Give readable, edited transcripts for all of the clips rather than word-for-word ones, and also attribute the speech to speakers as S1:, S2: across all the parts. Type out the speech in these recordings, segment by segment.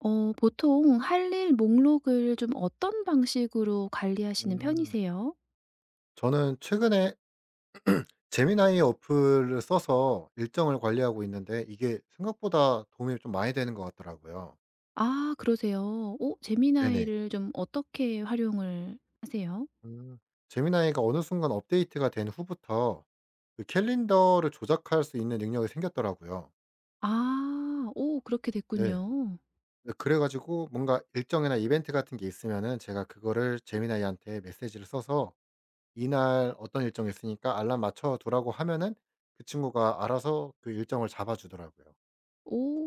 S1: 어 보통 할 일 목록을 좀 어떤 방식으로 관리하시는
S2: 음.
S1: 편이세요?
S2: 저는 최근에 제미나이 어플을 써서 일정을 관리하고 있는데 이게 생각보다 도움이 좀 많이 되는 것 같더라고요.
S1: 아 그러세요. 오 재미나이
S2: 네네.
S1: 를 좀 어떻게 활용을 하세요?
S2: 음. 제미나이가 어느 순간 업데이트가 된 후부터 그 캘린더를 조작할 수 있는 능력이 생겼더라고요.
S1: 아. 오 그렇게
S2: 네.
S1: 됐군요.
S2: 네, 그래 가지고 뭔가 일정이나 이벤트 같은 게 있으면은 제가 그거를 제미나이한테 메시지를 써서 "이날 어떤 일정이 있으니까 알람 맞춰 두라."고 하면은 그 친구가 알아서 그 일정을 잡아 주더라고요.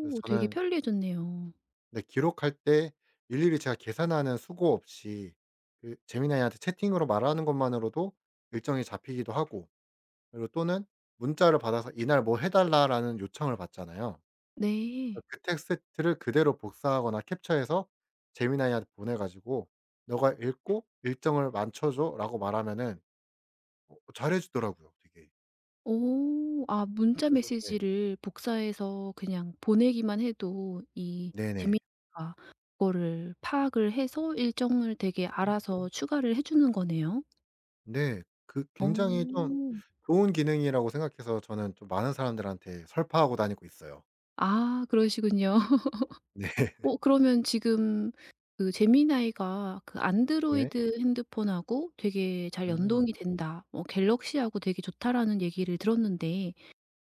S2: 그래서
S1: 되게
S2: 저는
S1: 편리해졌네요.
S2: 근데 기록할 때 일일이 제가 계산하는 수고 없이 그 재민나 아이한테 채팅으로 말하는 것만으로도 일정이 잡히기도 하고 그리고 또는 문자를 받아서 "이날 뭐 해 달라."라는 요청을 받잖아요.
S1: 네.
S2: 그 텍스트를 그대로 복사하거나 캡처해서 재민나 아이한테 보내 가지고 "너가 읽고 일정을 맞춰 줘."라고 말하면은 잘해 주더라고요 되게.
S1: 오. 아 문자
S2: 그래서 네.
S1: 메시지를 복사해서 그냥 보내기만 해도 이 재
S2: 네네.
S1: 미나이가 그거를 파악을 해서 일정을 되게 알아서 추가를 해 주는 거네요.
S2: 네. 그 굉장히 좀
S1: 오.
S2: 좋은 기능이라고 생각해서 저는 좀 많은 사람들한테 설파하고 다니고 있어요.
S1: 아 그러시군요.
S2: 네.
S1: 어 그러면 지금 그 제미나이가 그
S2: 네.
S1: 안드로이드 핸드폰하고 되게 잘
S2: 음.
S1: 연동이 된다. 뭐 갤럭시하고 되게 좋다라는 얘기를 들었는데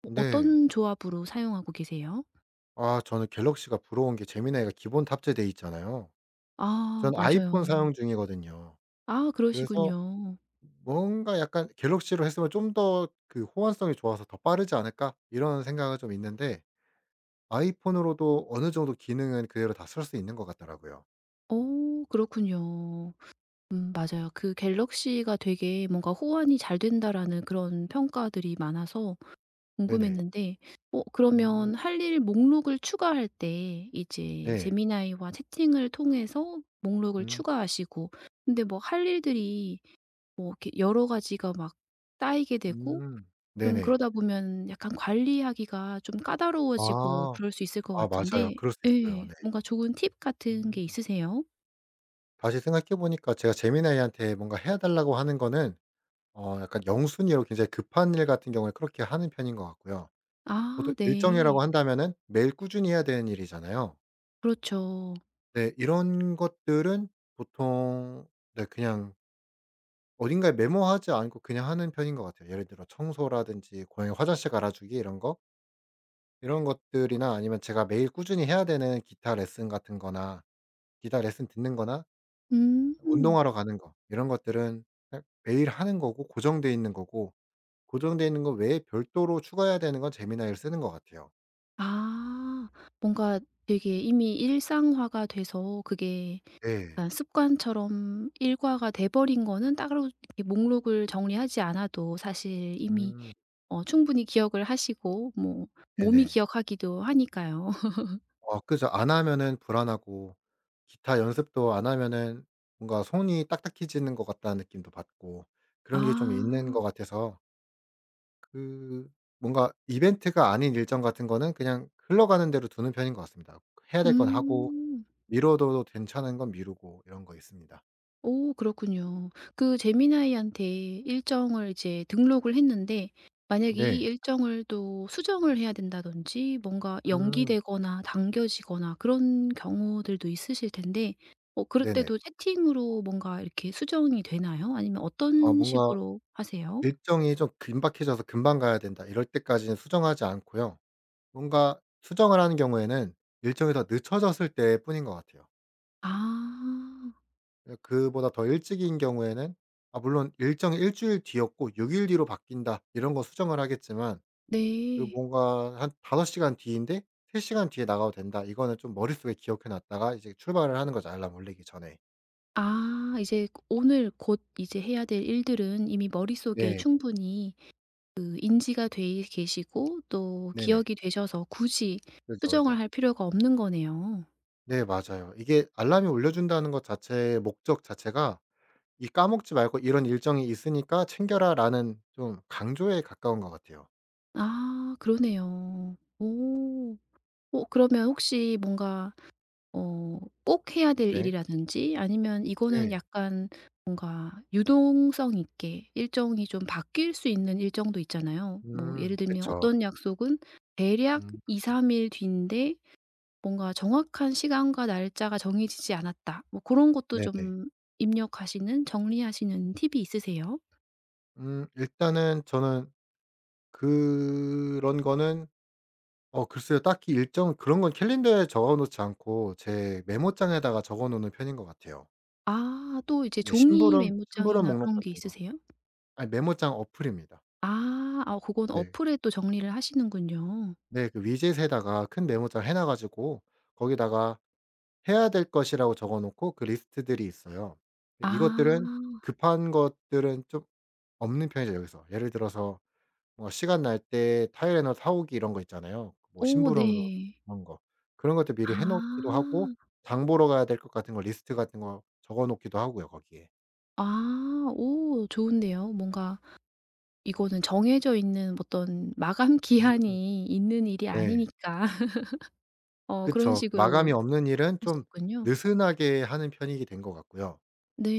S1: 뭐
S2: 네.
S1: 어떤 조합으로 사용하고 계세요?
S2: 아 저는 갤럭시가 부러운 게 재미나이가 기본 탑재돼 있잖아요.
S1: 아
S2: 전 아이폰
S1: 맞아요.
S2: 사용 중이거든요.
S1: 아
S2: 그래서
S1: 그러시군요.
S2: 뭔가 약간 '갤럭시로 했으면 좀 더 그 호환성이 좋아서 더 빠르지 않을까?' 이런 생각은 좀 있는데 아이폰으로도 어느 정도 기능은 그대로 다 쓸 수 있는 것 같더라고요.
S1: 오 그렇군요. 맞아요. 그 갤럭시가 되게 뭔가 '호환이 잘 된다.'라는 그런 평가들이 많아서
S2: 네네.
S1: 궁금했는데 어
S2: 음.
S1: 그러면 할 일 목록을 추가할 때 이제
S2: 네.
S1: 제미나이와 채팅을 통해서 목록을
S2: 음.
S1: 추가하시고 근데 뭐 할 일들이 뭐 이렇게 여러 가지가 막 쌓이게 되고
S2: 음.
S1: 좀
S2: 네네.
S1: 그러다 보면 약간 관리하기가 좀 까다로워지고
S2: 아.
S1: 그럴 수 있을 것
S2: 아 맞아요.
S1: 같은데
S2: 그럴 수 있어요.
S1: 예.
S2: 네.
S1: 뭔가 좋은 팁 같은
S2: 음.
S1: 게 있으세요?
S2: 다시 생각해 보니까 제가 재미나이한테 뭔가 해 달라고 하는 거는 약간 영순위로 굉장히 급한 일 같은 경우에 그렇게 하는 편인 것 같고요. 보통
S1: 아 네.
S2: 일정이라고 한다면은 매일 꾸준히 해야 되는 일이잖아요.
S1: 그렇죠.
S2: 네. 이런 것들은 보통 네 그냥 어딘가에 메모하지 않고 그냥 하는 편인 것 같아요. 예를 들어 청소라든지 고양이 화장실 갈아 주기 이런 거. 이런 것들이나 아니면 제가 매일 꾸준히 해야 되는 기타 레슨 듣는 거나
S1: 음.
S2: 운동하러 가는 거 이런 것들은 그냥 매일 하는 거고 고정돼 있는 거고 고정돼 있는 거 외에 별도로 추가해야 되는 건 재미나이를 쓰는 것 같아요.
S1: 아. 뭔가 되게 이미 일상화가 돼서 그게
S2: 네.
S1: 약간 습관처럼 일과가 돼 버린 거는 따로 이렇게 목록을 정리하지 않아도 사실 이미
S2: 음
S1: 어 충분히 기억을 하시고 뭐 몸이
S2: 네네.
S1: 기억하기도 하니까요.
S2: 그죠. 안 하면은 불안하고 기타 연습도 안 하면은 뭔가 손이 딱딱해지는 것 같다는 느낌도 받고 그런 게 좀 있는 것
S1: 아.
S2: 같아서 그 뭔가 이벤트가 아닌 일정 같은 거는 그냥 흘러가는 대로 두는 편인 것 같습니다. 해야 될 건 하고
S1: 음.
S2: 미뤄둬도 괜찮은 건 미루고 이런 거 있습니다.
S1: 오 그렇군요. 그 제미나이한테 일정을 이제 등록을 했는데 만약에 이
S2: 네.
S1: 일정을 또 수정을 해야 된다든지 뭔가
S2: 음.
S1: 연기되거나 당겨지거나 그런 경우들도 있으실 텐데 어 그럴
S2: 네네.
S1: 때도 채팅으로 뭔가 이렇게 수정이 되나요? 아니면
S2: 아
S1: 어떤
S2: 뭔가
S1: 식으로 하세요?
S2: 일정이 좀 긴박해져서 '금방 가야 된다.' 이럴 때까지는 수정하지 않고요. 뭔가 수정을 하는 경우에는 일정이 더 늦춰졌을 때뿐인 것 같아요.
S1: 아
S2: 예 그보다 더 일찍인 경우에는 아 물론 일정이 일 주일 뒤였고 6일 뒤로 바뀐다 이런 거 수정을 하겠지만 그
S1: 네.
S2: 뭔가 한 5 시간 뒤인데 3 시간 뒤에 나가도 된다 이거는 좀 머릿속에 기억해 놨다가 이제 출발을 하는 거죠 알람 울리기 전에.
S1: 아 이제 오늘 곧 이제 해야 될 일들은 이미 머릿속에
S2: 네.
S1: 충분히 그 인지가 돼 계시고 또
S2: 네네.
S1: 기억이 되셔서 굳이
S2: 그죠,
S1: 수정을
S2: 그죠.
S1: 할 필요가 없는 거네요.
S2: 네 맞아요. 이게 알람이 울려 준다는 것 자체의 목적 자체가 이 "까먹지 말고 이런 일정이 있으니까 챙겨라."라는 좀 강조에 가까운 것 같아요.
S1: 아 그러네요. 오. 어 그러면 혹시 뭔가 어 꼭 해야 될
S2: 네.
S1: 일이라든지 아니면 이거는
S2: 네.
S1: 약간 뭔가 유동성 있게 일정이 좀 바뀔 수 있는 일정도 있잖아요. 뭐 예를 들면
S2: 그쵸.
S1: 어떤 약속은 대략
S2: 음.
S1: 2-3일 뒤인데 뭔가 정확한 시간과 날짜가 정해지지 않았다. 뭐 그런 것도
S2: 네네.
S1: 좀 입력하시는 정리하시는 팁이 있으세요?
S2: 일단은 저는 그런 거는 글쎄요. 딱히 일정 그런 건 캘린더에 적어 놓지 않고 제 메모장에다가 적어 놓는 편인 것 같아요.
S1: 아 또 이제
S2: 네
S1: 종이
S2: 심부름
S1: 메모장이나
S2: 목록
S1: 그런 게
S2: 같은 거.
S1: 있으세요?
S2: 아니 메모장 어플입니다.
S1: 아. 아건
S2: 네.
S1: 어플에 또 정리를 하시는군요.
S2: 네. 그 위젯에다가 큰 메모장 해놔 가지고 거기다가 해야 될 것이라고 적어 놓고 그 리스트들이 있어요. 이것들은
S1: 아.
S2: 급한 것들은 좀 없는 편이죠 여기서. 예를 들어서 뭐 시간 날 때 타이레놀 사 오기 이런 거 있잖아요. 뭐
S1: 오
S2: 심부름으로
S1: 네.
S2: 그런 거. 그런 것도 미리
S1: 아.
S2: 해 놓기도 하고 장 보러 가야 될 것 같은 거 리스트 같은 거 적어 놓기도 하고요 거기에.
S1: 아 오 좋은데요. 뭔가 이거는 정해져 있는 어떤 마감
S2: 음
S1: 기한이 있는 일이
S2: 네.
S1: 아니니까 어 그런
S2: 그쵸. 그 마감이
S1: 식으로
S2: 없는 일은
S1: 할 수
S2: 좀
S1: 있군요.
S2: 느슨하게 하는 편이 된 것 같고요.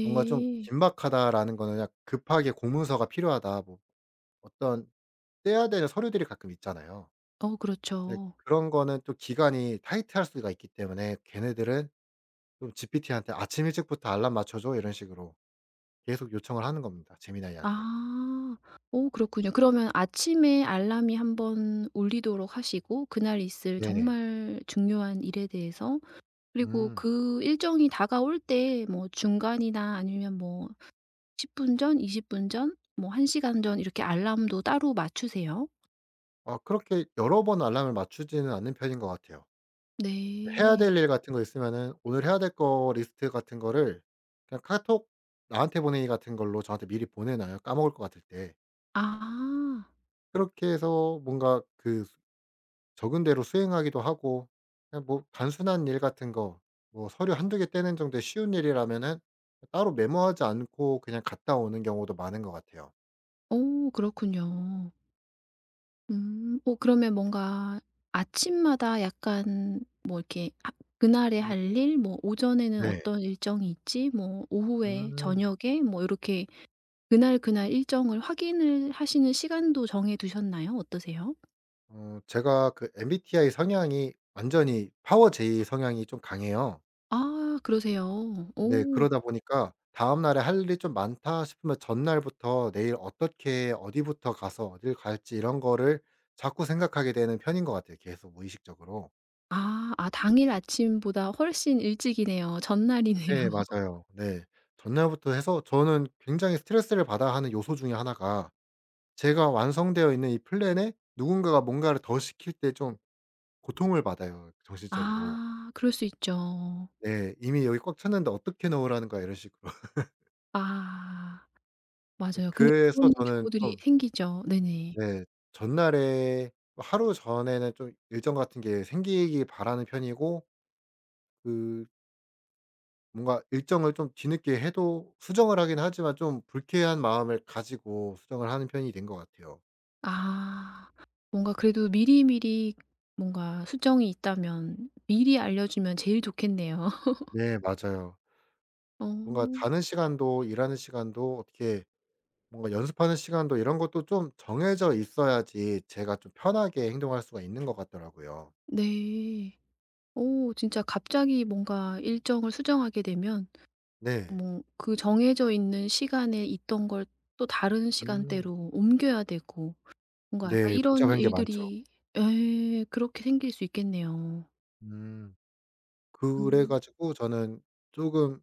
S2: 뭔가 좀 긴박하다라는 거는 약 급하게 공문서가 필요하다 뭐 어떤 떼야 되는 서류들이 가끔 있잖아요.
S1: 어
S2: 네
S1: 그렇죠.
S2: 그런 거는 또 기간이 타이트할 수가 있기 때문에 걔네들은 좀 GPT한테 "아침 일찍부터 알람 맞춰 줘." 이런 식으로 계속 요청을 하는 겁니다, 제미나이한테.
S1: 아. 어 그렇군요. 그러면 아침에 알람이 한번 울리도록 하시고 그날 있을
S2: 네네.
S1: 정말 중요한 일에 대해서 그리고
S2: 음.
S1: 그 일정이 다가올 때 뭐 중간이나 아니면 뭐 10분 전, 20분 전, 뭐 1 시간 전 이렇게 알람도 따로 맞추세요?
S2: 아 그렇게 여러 번 알람을 맞추지는 않는 편인 것 같아요. 해야
S1: 네.
S2: 될 일 같은 거 있으면은 오늘 해야 될 거 리스트 같은 거를 그냥 카톡 나한테 보내기 같은 걸로 저한테 미리 보내 놔요, 까먹을 것 같을 때.
S1: 아.
S2: 그렇게 해서 뭔가 그 수 적은 대로 수행하기도 하고 그냥 뭐 단순한 일 같은 거 뭐 서류 한두 개 떼는 정도의 쉬운 일이라면은 따로 메모하지 않고 그냥 갔다 오는 경우도 많은 것 같아요.
S1: 어 그렇군요. 음. 어 그러면 뭔가 아침마다 약간 뭐 이렇게 그날에 할
S2: 음.
S1: 일 뭐 오전에는
S2: 네.
S1: 어떤 일정이 있지 뭐 오후에
S2: 음.
S1: 저녁에 뭐 이렇게 그날, 그날 일정을 확인을 하시는 시간도 정해 두셨나요? 어떠세요?
S2: 제가 그 MBTI 성향이 완전히 파워 J 성향이 좀 강해요.
S1: 아 그러세요.
S2: 네.
S1: 오.
S2: 그러다 보니까 '다음 날에 할 일이 좀 많다.' 싶으면 전날부터 내일 어떻게 어디부터 가서 어딜 갈지 이런 거를 자꾸 생각하게 되는 편인 것 같아요 계속 무의식적으로.
S1: 아. 아 당일 아침보다 훨씬 일찍이네요. 전날이네요.
S2: 네 맞아요. 네. 전날부터 해서 저는 굉장히 스트레스를 받아 하는 요소 중에 하나가 제가 완성되어 있는 이 플랜에 누군가가 뭔가를 더 시킬 때 좀 고통을 받아요 정신적으로.
S1: 아 그럴 수 있죠.
S2: 네. "이미 여기 꽉 찼는데 어떻게 넣으라는 거야." 이런 식으로.
S1: 아 맞아요. 근데
S2: 그래서
S1: 그런
S2: 저는
S1: 경우들이
S2: 좀
S1: 생기죠. 네네.
S2: 네 전날에 하루 전에는 좀 일정 같은 게 생기길 바라는 편이고 그 뭔가 일정을 좀 뒤늦게 해도 수정을 하긴 하지만 좀 불쾌한 마음을 가지고 수정을 하는 편이 된 것 같아요.
S1: 아. 뭔가 그래도 미리미리 뭔가 수정이 있다면 미리 알려주면 제일 좋겠네요.
S2: 네 맞아요. 뭔가
S1: 어.
S2: 자는 시간도 일하는 시간도 어떻게 뭔가 연습하는 시간도 이런 것도 좀 정해져 있어야지 제가 좀 편하게 행동할 수가 있는 것 같더라고요.
S1: 네. 오 진짜 갑자기 뭔가 일정을 수정하게 되면
S2: 네.
S1: 뭐 그 정해져 있는 시간에 있던 걸 또 다른
S2: 음.
S1: 시간대로 옮겨야 되고 뭔가 약간
S2: 네.
S1: 이런
S2: 복잡한 게 많죠.
S1: 일들이 에 그렇게 생길 수 있겠네요.
S2: 음. 그래
S1: 음.
S2: 가지고 저는 쪼금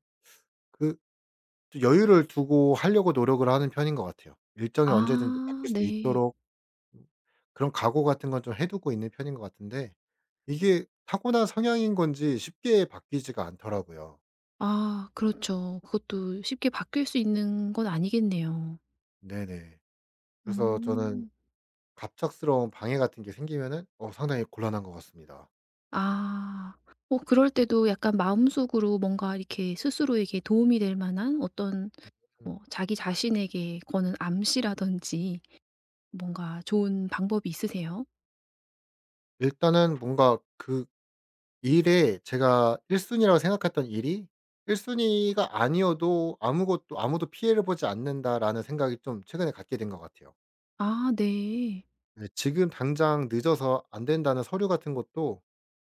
S2: 그 좀 여유를 두고 하려고 노력을 하는 편인 것 같아요. 일정이 언제든지
S1: 아
S2: 바뀔 수
S1: 네.
S2: 있도록 음 그런 각오 같은 건 좀 해 두고 있는 편인 것 같은데 이게 타고난 성향인 건지 쉽게 바뀌지가 않더라고요.
S1: 아 그렇죠. 그것도 쉽게 바뀔 수 있는 건 아니겠네요.
S2: 네네. 그래서 저는
S1: 음.
S2: 갑작스러운 방해 같은 게 생기면은 상당히 곤란한 것 같습니다.
S1: 아. 어 그럴 때도 약간 마음속으로 뭔가 이렇게 스스로에게 도움이 될 만한 어떤 뭐
S2: 음.
S1: 자기 자신에게 거는 암시라든지 뭔가 좋은 방법이 있으세요?
S2: 일단은 뭔가 그 일에 제가 1 순위라고 생각했던 일이 1 순위가 아니어도 '아무것도 아무도 피해를 보지 않는다.'라는 생각이 좀 최근에 갖게 된 것 같아요.
S1: 아 네.
S2: 네 지금 당장 늦어서 안 된다는 서류 같은 것도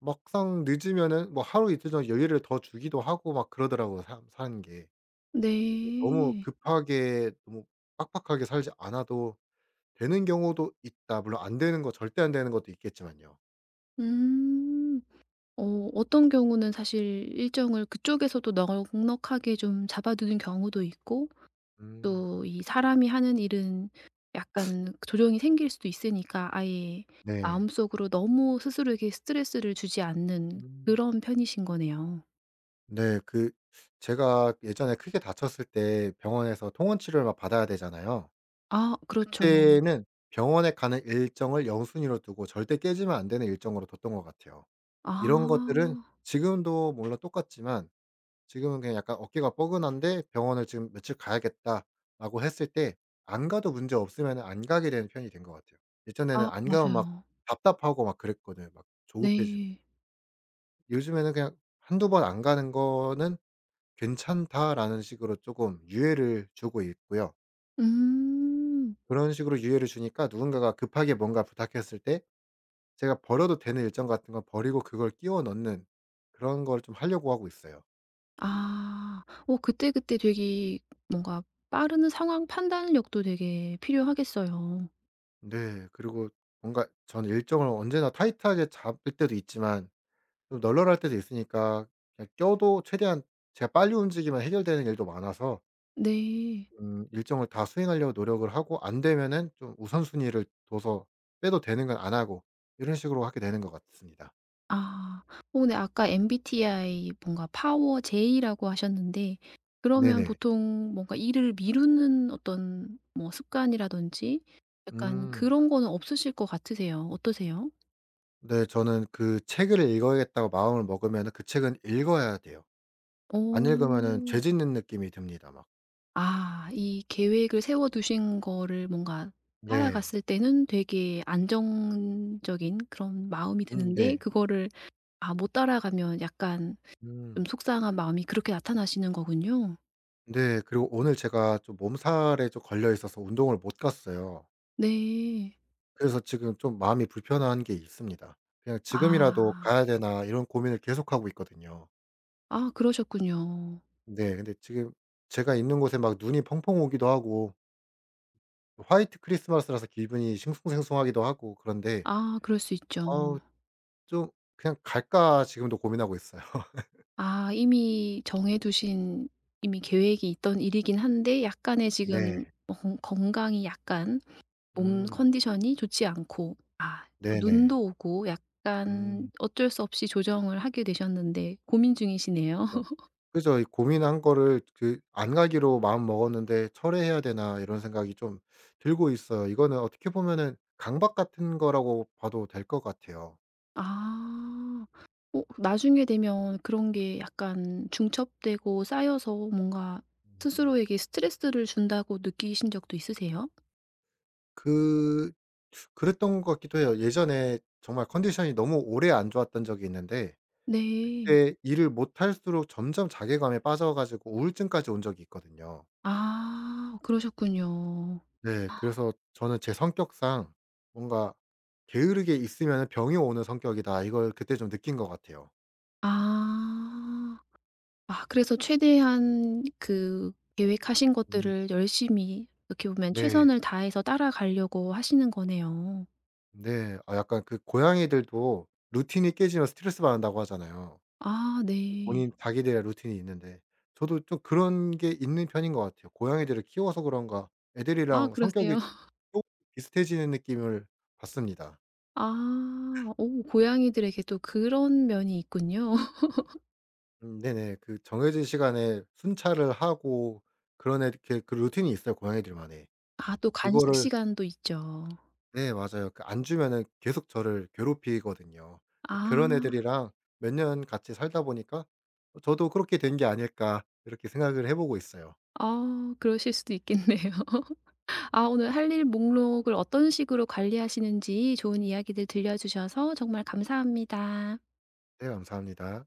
S2: 막상 늦으면은 뭐 하루 이틀 전 여유를 더 주기도 하고 막 그러더라고요 사 사는 게. 너무
S1: 네.
S2: 급하게 너무 빡빡하게 살지 않아도 되는 경우도 있다. 물론 안 되는 거 절대 안 되는 것도 있겠지만요.
S1: 음. 어 어떤 경우는 사실 일정을 그쪽에서도 넉넉하게 좀 잡아두는 경우도 있고
S2: 음.
S1: 또 이 사람이 하는 일은 약간 조정이 생길 수도 있으니까 아예
S2: 네.
S1: 마음속으로 너무 스스로에게 스트레스를 주지 않는
S2: 음.
S1: 그런 편이신 거네요.
S2: 네. 그 제가 예전에 크게 다쳤을 때 병원에서 통원 치료를 막 받아야 되잖아요.
S1: 아 그렇죠.
S2: 그때는 병원에 가는 일정을 영순위로 두고 절대 깨지면 안 되는 일정으로 뒀던 것 같아요.
S1: 아.
S2: 이런 것들은 지금도 물론 똑같지만 지금은 그냥 약간 어깨가 뻐근한데 '병원을 지금 며칠 가야겠다.'라고 했을 때 안 가도 문제 없으면은 안 가게 되는 편이 된 것 같아요. 예전에는
S1: 아
S2: 안 가면 막
S1: 맞아요.
S2: 답답하고 막 그랬거든요. 막 조급해지고.
S1: 네.
S2: 요즘에는 그냥 한두 번 안 가는 거는 '괜찮다.'라는 식으로 조금 유예를 주고 있고요.
S1: 음.
S2: 그런 식으로 유예를 주니까 누군가가 급하게 뭔가 부탁했을 때 제가 버려도 되는 일정 같은 건 버리고 그걸 끼워 넣는 그런 걸 좀 하려고 하고 있어요.
S1: 아. 어 그때그때 되게 뭔가 빠른 상황 판단력도 되게 필요하겠어요.
S2: 네. 그리고 뭔가 저는 일정을 언제나 타이트하게 잡을 때도 있지만 좀 널널할 때도 있으니까 그냥 껴도 최대한 제가 빨리 움직이면 해결되는 일도 많아서
S1: 네.
S2: 일정을 다 수행하려고 노력을 하고 안 되면은 좀 우선순위를 둬서 빼도 되는 건 안 하고 이런 식으로 하게 되는 것 같습니다.
S1: 아. 어 근데 아까 MBTI 뭔가 파워 J라고 하셨는데 그러면
S2: 네네.
S1: 보통 뭔가 일을 미루는 어떤 뭐 습관이라든지 약간
S2: 음.
S1: 그런 거는 없으실 것 같으세요. 어떠세요?
S2: 네. 저는 그 '책을 읽어야겠다.'고 마음을 먹으면은 그 책은 읽어야 돼요. 안 읽으면은
S1: 오,
S2: 죄 짓는 느낌이 듭니다 막.
S1: 아 이 계획을 세워 두신 거를 뭔가
S2: 네.
S1: 따라갔을 때는 되게 안정적인 그런 마음이 드는데
S2: 네.
S1: 그거를 아 못 따라가면 약간 좀
S2: 음.
S1: 속상한 마음이 그렇게 나타나시는 거군요.
S2: 네. 그리고 오늘 제가 좀 몸살에 좀 걸려 있어서 운동을 못 갔어요.
S1: 네.
S2: 그래서 지금 좀 마음이 불편한 게 있습니다. 그냥 '지금이라도
S1: 아.
S2: 가야 되나.' 이런 고민을 계속하고 있거든요.
S1: 아 그러셨군요.
S2: 네. 근데 지금 제가 있는 곳에 막 눈이 펑펑 오기도 하고 화이트 크리스마스라서 기분이 싱숭생숭하기도 하고 그런데
S1: 아 그럴 수 있죠.
S2: 아우 좀 '그냥 갈까.' 지금도 고민하고 있어요.
S1: 아 이미 정해 두신 이미 계획이 있던 일이긴 한데 약간의
S2: 네.
S1: 지금 건강이 약간 몸
S2: 음.
S1: 컨디션이 좋지 않고 아 또
S2: 네네.
S1: 눈도 오고 약간
S2: 음.
S1: 어쩔 수 없이 조정을 하게 되셨는데 고민 중이시네요.
S2: 그죠. 그죠. 이 고민한 거를 그 안 가기로 마음먹었는데 '철회해야 되나.' 이런 생각이 좀 들고 있어요. 이거는 어떻게 보면은 강박 같은 거라고 봐도 될 것 같아요.
S1: 아. 어 나중에 되면 그런 게 약간 중첩되고 쌓여서 뭔가
S2: 음.
S1: 스스로에게 스트레스를 준다고 느끼신 적도 있으세요?
S2: 그 그랬던 것 같기도 해요. 예전에 정말 컨디션이 너무 오래 안 좋았던 적이 있는데
S1: 네.
S2: 그때 일을 못 할수록 점점 자괴감에 빠져 가지고 우울증까지 온 적이 있거든요.
S1: 아 그러셨군요.
S2: 네. 그래서 저는 제 성격상 뭔가 '게으르게 있으면은 병이 오는 성격이다.' 이걸 그때 좀 느낀 것 같아요.
S1: 아. 아 그래서 최대한 그 계획하신
S2: 음.
S1: 것들을 열심히 어떻게 보면
S2: 네.
S1: 최선을 다해서 따라가려고 하시는 거네요.
S2: 네. 아 약간 그 고양이들도 루틴이 깨지면 스트레스 받는다고 하잖아요.
S1: 아 네.
S2: 본인 자기들의 루틴이 있는데. 저도 좀 그런 게 있는 편인 것 같아요. 고양이들을 키워서 그런가
S1: 아
S2: 애들이랑
S1: 그러세요?
S2: 성격이 좀 비슷해지는 느낌을 받습니다.
S1: 아. 오 고양이들에게 또 그런 면이 있군요.
S2: 네네. 그 정해진 시간에 순찰을 하고 그런 애 이렇게 그 루틴이 있어요 고양이들만의. 음.
S1: 아 또 간식
S2: 그거를
S1: 시간도 있죠.
S2: 네 맞아요. 그 안 주면은 계속 저를 괴롭히거든요.
S1: 아.
S2: 그런 애들이랑 몇 년 같이 살다 보니까 '저도 그렇게 된 게 아닐까.' 이렇게 생각을 해 보고 있어요.
S1: 아 그러실 수도 있겠네요. 아 오늘 할 일 목록을 어떤 식으로 관리하시는지 좋은 이야기들 들려주셔서 정말 감사합니다.
S2: 네 감사합니다.